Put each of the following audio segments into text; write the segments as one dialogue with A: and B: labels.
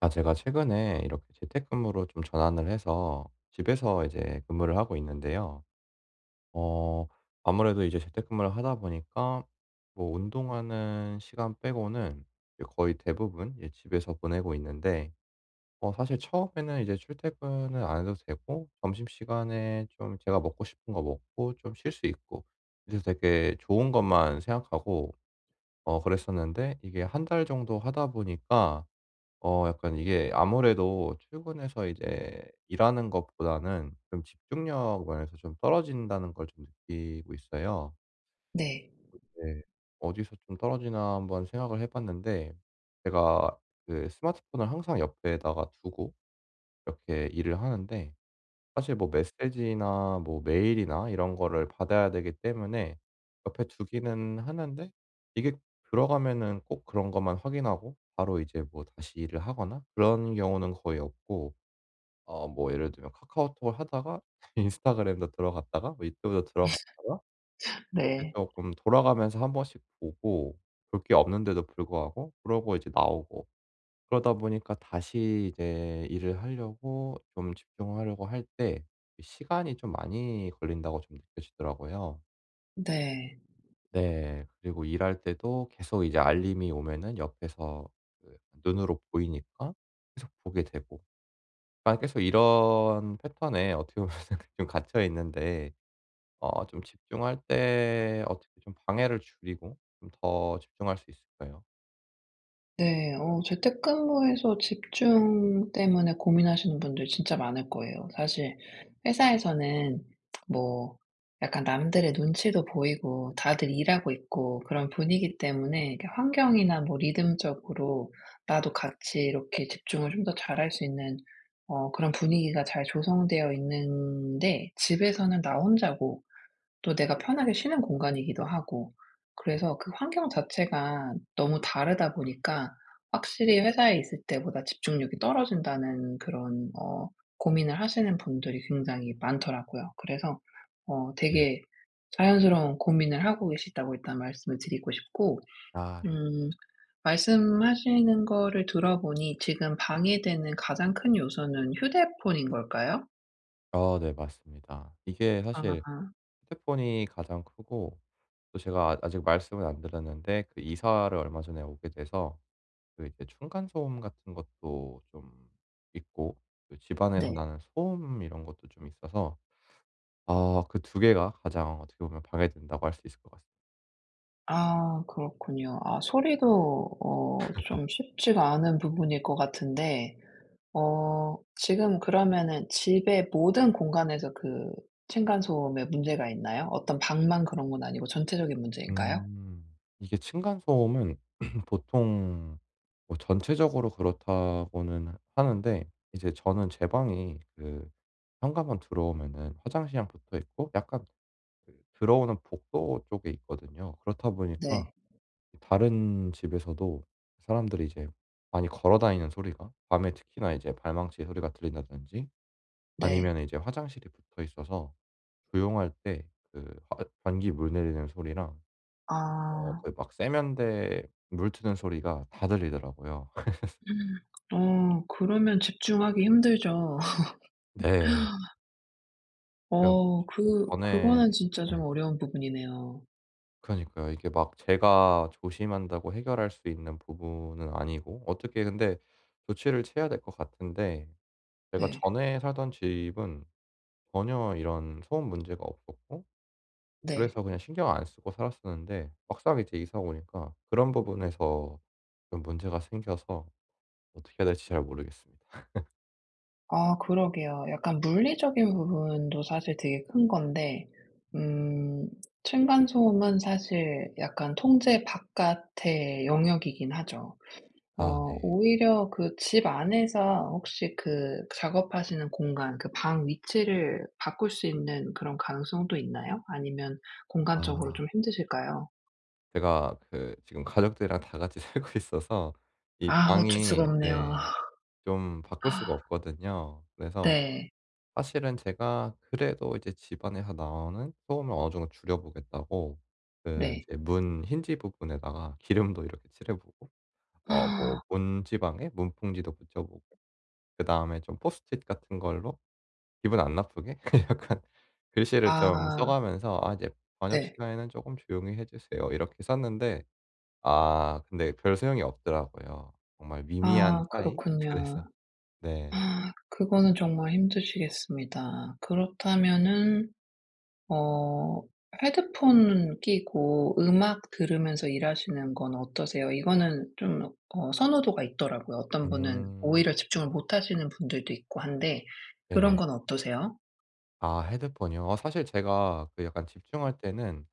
A: 아, 제가 최근에 이렇게 재택근무로 좀 전환을 해서 집에서 이제 근무를 하고 있는데요. 어 아무래도 이제 재택근무를 하다 보니까 뭐 운동하는 시간 빼고는 이제 거의 대부분 이제 집에서 보내고 있는데, 사실 처음에는 이제 출퇴근을 안 해도 되고 점심시간에 좀 제가 먹고 싶은 거 먹고 좀 쉴 수 있고, 그래서 되게 좋은 것만 생각하고 그랬었는데, 이게 1달 정도 하다 보니까 약간 이게 아무래도 출근해서 이제 일하는 것보다는 좀 집중력 면에서 좀 떨어진다는 걸 좀 느끼고 있어요.
B: 네.
A: 네. 어디서 좀 떨어지나 한번 생각을 해 봤는데, 제가 그 스마트폰을 항상 옆에다가 두고 이렇게 일을 하는데, 사실 뭐 메시지나 뭐 메일이나 이런 거를 받아야 되기 때문에 옆에 두기는 하는데, 이게 들어가면은 꼭 그런 것만 확인하고 바로 이제 뭐 다시 일을 하거나 그런 경우는 거의 없고, 뭐 예를 들면 카카오톡을 하다가 인스타그램도 들어갔다가 뭐 유튜브도 들어갔다가 이렇게
B: 네.
A: 조금 돌아가면서 1번씩 보고, 볼 게 없는데도 불구하고 그러고 이제 나오고, 그러다 보니까 다시 이제 일을 하려고 좀 집중하려고 할 때 시간이 좀 많이 걸린다고 좀 느껴지더라고요.
B: 네.
A: 네. 그리고 일할 때도 계속 이제 알림이 오면은 옆에서 그 눈으로 보이니까 계속 보게 되고. 그러니까 계속 이런 패턴에 어떻게 보면 좀 갇혀 있는데, 좀 집중할 때 어떻게 좀 방해를 줄이고 좀 더 집중할 수 있을까요?
B: 네. 재택근무에서 집중 때문에 고민하시는 분들 진짜 많을 거예요. 사실 회사에서는 뭐 약간 남들의 눈치도 보이고 다들 일하고 있고 그런 분위기 때문에, 이렇게 환경이나 뭐 리듬적으로 나도 같이 이렇게 집중을 좀 더 잘할 수 있는 그런 분위기가 잘 조성되어 있는데, 집에서는 나 혼자고 또 내가 편하게 쉬는 공간이기도 하고. 그래서 그 환경 자체가 너무 다르다 보니까 확실히 회사에 있을 때보다 집중력이 떨어진다는 그런 고민을 하시는 분들이 굉장히 많더라고요. 그래서
A: 네.
B: 되게 자연스러운 고민을 하고 계시다고 일단 말씀을 드리고 싶고,
A: 아 네.
B: 음 말씀하시는 거를 들어보니 지금 방해되는 가장 큰 요소는 휴대폰인 걸까요?
A: 네, 맞습니다. 이게 사실
B: 아
A: 휴대폰이 가장 크고, 또 제가 아직 말씀을 안 드렸는데, 그 이사를 얼마 전에 오게 돼서 그 이제 층간 소음 같은 것도 좀 있고 그 집안에서
B: 네.
A: 나는 소음 이런 것도 좀 있어서, 그 2개가 가장 어떻게 보면 방해된다고 할 수 있을 것 같습니다.
B: 아 그렇군요. 아 소리도 좀 쉽지가 않은 부분일 것 같은데, 지금 그러면은 집의 모든 공간에서 그 층간소음에 문제가 있나요? 어떤 방만 그런 건 아니고 전체적인 문제인가요?
A: 음. 이게 층간 소음은 보통 뭐 전체적으로 그렇다고는 하는데, 이제 저는 제 방이 그 현관만 들어오면은 화장실이랑 붙어 있고 약간 그 들어오는 복도 쪽에 있거든요. 그렇다 보니까
B: 네.
A: 다른 집에서도 사람들이 이제 많이 걸어 다니는 소리가 밤에 특히나 이제 발망치의 소리가 들린다든지,
B: 네.
A: 아니면 이제 화장실이 붙어 있어서 조용할 때 그 변기 물 내리는 소리랑
B: 아.
A: 그 막 세면대 물 트는 소리가 다 들리더라고요.
B: 그러면 집중하기 힘들죠.
A: 네. 그래 갖고 그 전에,
B: 그거는 진짜
A: 예.
B: 좀 어려운 부분이네요.
A: 그러니까요. 이게 막 제가 조심한다고 해결할 수 있는 부분은 아니고 어떻게, 근데 조치를 취해야 될 것 같은데, 제가
B: 네.
A: 전에 살던 집은 전혀 이런 소음 문제가 없었고,
B: 네.
A: 그래서 그냥 신경 안 쓰고 살았었는데, 막상 이제 이사 오니까 그런 부분에서 좀 문제가 생겨서 어떻게 해야 될지 잘 모르겠습니다.
B: 아 그러게요. 약간 물리적인 부분도 사실 되게 큰 건데, 음 층간소음은 사실 약간 통제 바깥의 영역이긴 하죠.
A: 아
B: 어
A: 네.
B: 오히려 그 집 안에서, 혹시 그 작업하시는 공간, 그 방 위치를 바꿀 수 있는 그런 가능성도 있나요? 아니면 공간적으로
A: 아,
B: 좀 힘드실까요?
A: 제가 그 지금 가족들이랑 다 같이 살고 있어서 이
B: 아 어쩔 수가
A: 방이,
B: 없네요.
A: 네, 좀 바꿀 수가 없거든요. 그래서
B: 네.
A: 사실은 제가 그래도 이제 집안에서 나오는 소음을 어느 정도 줄여 보겠다고 그
B: 네.
A: 이제 문 힌지 부분에다가 기름도 이렇게 칠해 보고, 뭐 문 지방에 문풍지도 붙여 보고, 그다음에 좀 포스트잇 같은 걸로 기분 안 나쁘게 약간 글씨를 좀 써
B: 아
A: 가면서 "아 이제 저녁
B: 네.
A: 시간에는 조금 조용히 해 주세요." 이렇게 썼는데, 근데 별 소용이 없더라고요. 정말 미미한
B: 아
A: 차이? 그래서,
B: 그렇군요.
A: 네.
B: 아 그거는 정말 힘드시겠습니다. 그렇다면은 어 헤드폰 끼고 음악 들으면서 일하시는 건 어떠세요? 이거는 좀 선호도가 있더라고요. 어떤 분은
A: 음.
B: 오히려 집중을 못 하시는 분들도 있고 한데,
A: 네네.
B: 그런 건 어떠세요?
A: 아 헤드폰이요? 사실 제가 그 약간 집중할 때는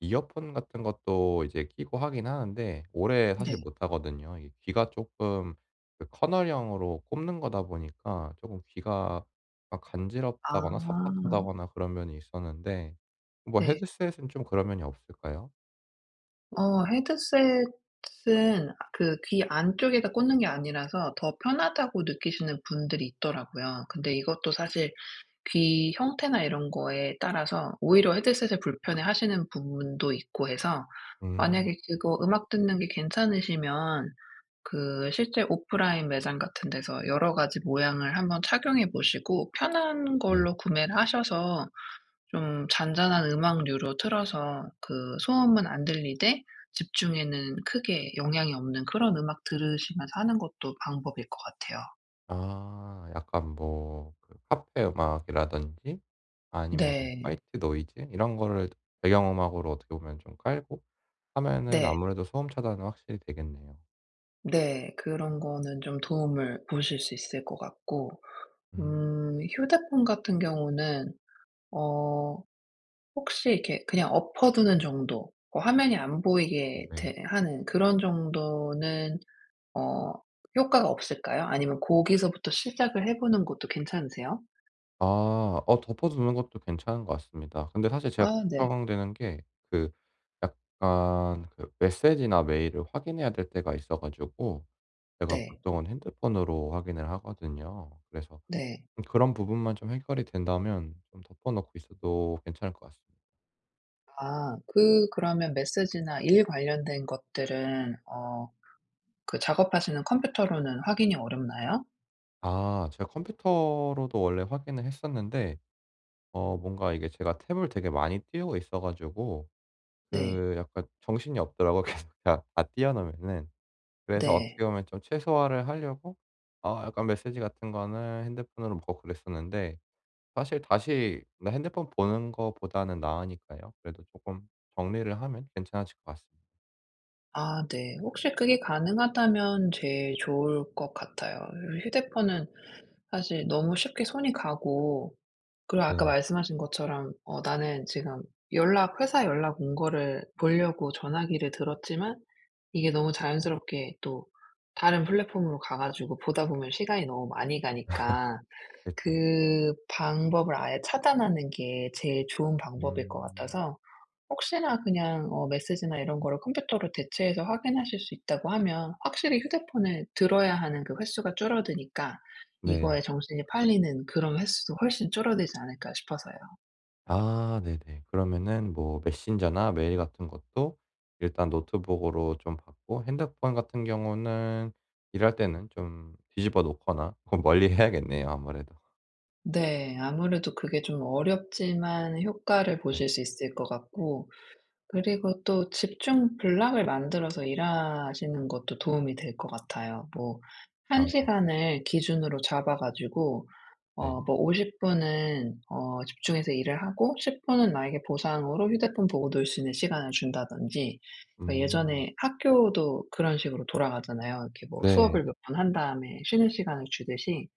A: 이어폰 같은 것도 이제 끼고 하긴 하는데 오래 사실
B: 네.
A: 못 하거든요. 이 귀가 조금 그 커널형으로 꼽는 거다 보니까 조금 귀가 막 간지럽다거나 삽섭하
B: 아
A: 다거나 그런 면이 있었는데, 뭐
B: 네.
A: 헤드셋은 좀 그런 면이 없을까요?
B: 헤드셋은 그 귀 안쪽에다 꽂는 게 아니라서 더 편하다고 느끼시는 분들이 있더라고요. 근데 이것도 사실 귀 형태나 이런 거에 따라서 오히려 헤드셋을 불편해하시는 부분도 있고 해서,
A: 음.
B: 만약에 그거 음악 듣는 게 괜찮으시면 그 실제 오프라인 매장 같은 데서 여러 가지 모양을 한번 착용해 보시고 편한
A: 네.
B: 걸로 구매를 하셔서, 좀 잔잔한 음악류로 틀어서 그 소음은 안 들리되 집중에는 크게 영향이 없는 그런 음악 들으시면서 하는 것도 방법일 것 같아요.
A: 약간 뭐 그 카페 음악이라든지 아니면
B: 네.
A: 화이트 노이즈 이런 거를 배경음악으로 어떻게 보면 좀 깔고 하면은
B: 네.
A: 아무래도 소음 차단은 확실히 되겠네요.
B: 네. 그런 거는 좀 도움을 보실 수 있을 것 같고,
A: 음.
B: 휴대폰 같은 경우는 어 혹시 이렇게 그냥 엎어 두는 정도, 화면이 안 보이게
A: 네.
B: 되 하는 그런 정도는 어 효과가 없을까요? 아니면 고기서부터 시작을 해 보는 것도 괜찮으세요?
A: 덮어두는 것도 괜찮은 것 같습니다. 근데 사실 제가
B: 아 네.
A: 걱정되는 게 그 약간 그 메시지나 메일을 확인해야 될 때가 있어 가지고 제가
B: 네.
A: 보통은 핸드폰으로 확인을 하거든요. 그래서
B: 네.
A: 그런 부분만 좀 해결이 된다면 좀 덮어 놓고 있어도 괜찮을 것 같습니다.
B: 아 그 그러면 메시지나 일 관련된 것들은 그 작업하시는 컴퓨터로는 확인이 어렵나요?
A: 제가 컴퓨터로도 원래 확인을 했었는데, 뭔가 이게 제가 탭을 되게 많이 띄우고 있어 가지고
B: 네.
A: 그 약간 정신이 없더라고 계속 다 띄워 놓으면은. 그래서
B: 네.
A: 어떻게 보면 좀 최소화를 하려고 약간 메시지 같은 거는 핸드폰으로 보고 그랬었는데, 사실 다시 나 핸드폰 보는 거보다는 나으니까요. 그래도 조금 정리를 하면 괜찮아질 것 같습니다.
B: 아 네. 혹시 그게 가능하다면 제일 좋을 것 같아요. 휴대폰은 사실 너무 쉽게 손이 가고, 그리고 아까
A: 네.
B: 말씀하신 것처럼 나는 지금 연락, 회사 연락 온 거를 보려고 전화기를 들었지만 이게 너무 자연스럽게 또 다른 플랫폼으로 가 가지고 보다 보면 시간이 너무 많이 가니까
A: 그죠.
B: 그 방법을 아예 차단하는 게 제일 좋은 방법일 것
A: 음.
B: 같아서, 혹시나 그냥 메시지나 이런 거를 컴퓨터로 대체해서 확인하실 수 있다고 하면 확실히 휴대폰을 들어야 하는 그 횟수가 줄어드니까
A: 네.
B: 이거에 정신이 팔리는 그런 횟수도 훨씬 줄어들지 않을까 싶어서요.
A: 아 네네. 그러면은 뭐 메신저나 메일 같은 것도 일단 노트북으로 좀 받고 핸드폰 같은 경우는 일할 때는 좀 뒤집어 놓거나 그건 멀리 해야겠네요, 아무래도.
B: 네. 아무래도 그게 좀 어렵지만 효과를
A: 네.
B: 보실 수 있을 것 같고, 그리고 또 집중 블락을 만들어서 일하시는 것도 도움이 될 것 같아요. 뭐 한
A: 아
B: 시간을 기준으로 잡아 가지고
A: 네.
B: 뭐 50 분은 집중해서 일을 하고 10 분은 나에게 보상으로 휴대폰 보고 놀 수 있는 시간을 준다든지. 그러니까
A: 음.
B: 예전에 학교도 그런 식으로 돌아가잖아요. 이렇게 뭐
A: 네.
B: 수업을 몇 번 한 다음에 쉬는 시간을 주듯이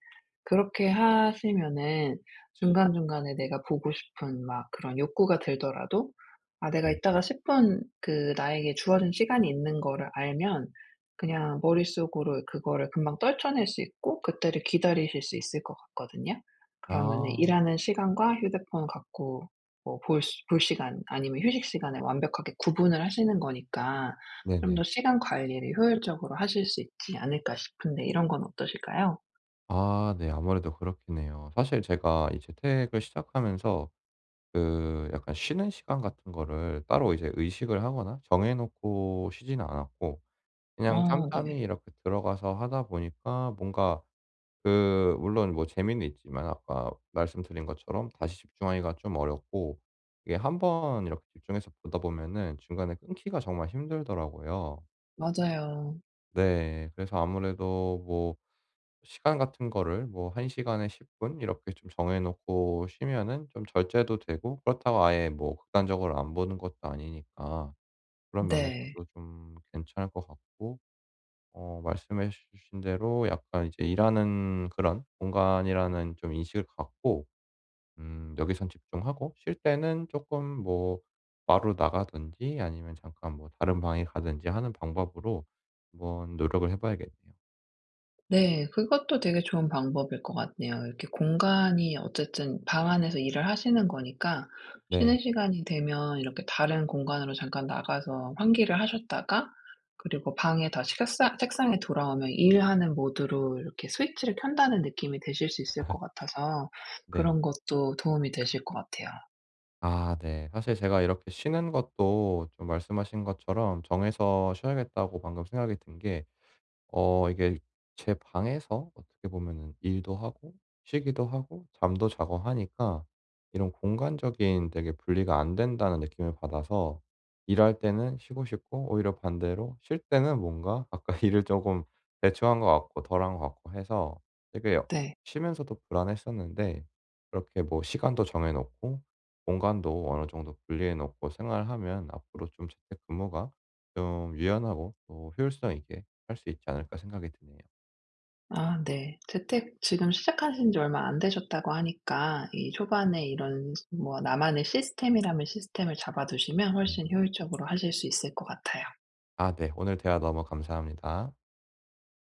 B: 그렇게 하시면은 중간중간에 내가 보고 싶은 막 그런 욕구가 들더라도 아 내가
A: 음.
B: 이따가 10분, 그 나에게 주어진 시간이 있는 거를 알면 그냥 머릿속으로 그거를 금방 떨쳐낼 수 있고 그때를 기다리실 수 있을 것 같거든요. 그러면은
A: 아
B: 일하는 시간과 휴대폰 갖고 뭐 볼 시간, 아니면 휴식 시간을 완벽하게 구분을 하시는 거니까 좀
A: 네네.
B: 더 시간 관리를 효율적으로 하실 수 있지 않을까 싶은데, 이런 건 어떠실까요?
A: 아 네. 아무래도 그렇겠네요. 사실 제가 이 재택을 시작하면서 그 약간 쉬는 시간 같은 거를 따로 이제 의식을 하거나 정해 놓고 쉬지는 않았고, 그냥
B: 네.
A: 짬짬이 이렇게 들어가서 하다 보니까, 뭔가 그 물론 뭐 재미는 있지만 아까 말씀드린 것처럼 다시 집중하기가 좀 어렵고, 이게 한번 이렇게 집중해서 보다 보면은 중간에 끊기가 정말 힘들더라고요.
B: 맞아요.
A: 네. 그래서 아무래도 뭐 시간 같은 거를 뭐 1 시간에 10분 이렇게 좀 정해 놓고 쉬면은 좀 절제도 되고, 그렇다고 아예 뭐 극단적으로 안 보는 것도 아니니까 그런 면에서도
B: 네.
A: 좀 괜찮을 것 같고, 말씀해 주신 대로 약간 이제 일하는 그런 공간이라는 좀 인식을 갖고, 여기선 집중하고 쉴 때는 조금 뭐 바로 나가든지 아니면 잠깐 뭐 다른 방에 가든지 하는 방법으로 한번 노력을 해 봐야겠네요.
B: 네. 그것도 되게 좋은 방법일 것 같네요. 이렇게 공간이 어쨌든 방 안에서 일을 하시는 거니까
A: 네.
B: 쉬는 시간이 되면 이렇게 다른 공간으로 잠깐 나가서 환기를 하셨다가, 그리고 방에 다시 책상에 돌아오면 일하는 모드로 이렇게 스위치를 켠다는 느낌이 드실 수 있을 것 같아서,
A: 네.
B: 그런 것도 도움이 되실 것 같아요.
A: 아 네. 사실 제가 이렇게 쉬는 것도 좀 말씀하신 것처럼 정해서 쉬어야겠다고 방금 생각이 든게, 이게 제 방에서 어떻게 보면은 일도 하고 쉬기도 하고 잠도 자고 하니까 이런 공간적인 되게 분리가 안 된다는 느낌을 받아서, 일할 때는 쉬고 싶고 오히려 반대로 쉴 때는 뭔가 아까 일을 조금 대충한 것 같고 덜한 것 같고 해서 되게
B: 네.
A: 쉬면서도 불안했었는데, 그렇게 뭐 시간도 정해 놓고 공간도 어느 정도 분리해 놓고 생활하면 앞으로 좀 재택근무가 좀 유연하고 또 효율성 있게 할 수 있지 않을까 생각이 드네요.
B: 아 네. 재택 지금 시작하신 지 얼마 안 되셨다고 하니까 이 초반에 이런 뭐 나만의 시스템이라면 시스템을 잡아두시면
A: 음.
B: 훨씬 효율적으로 하실 수 있을 것 같아요.
A: 아 네. 오늘 대화 너무 감사합니다.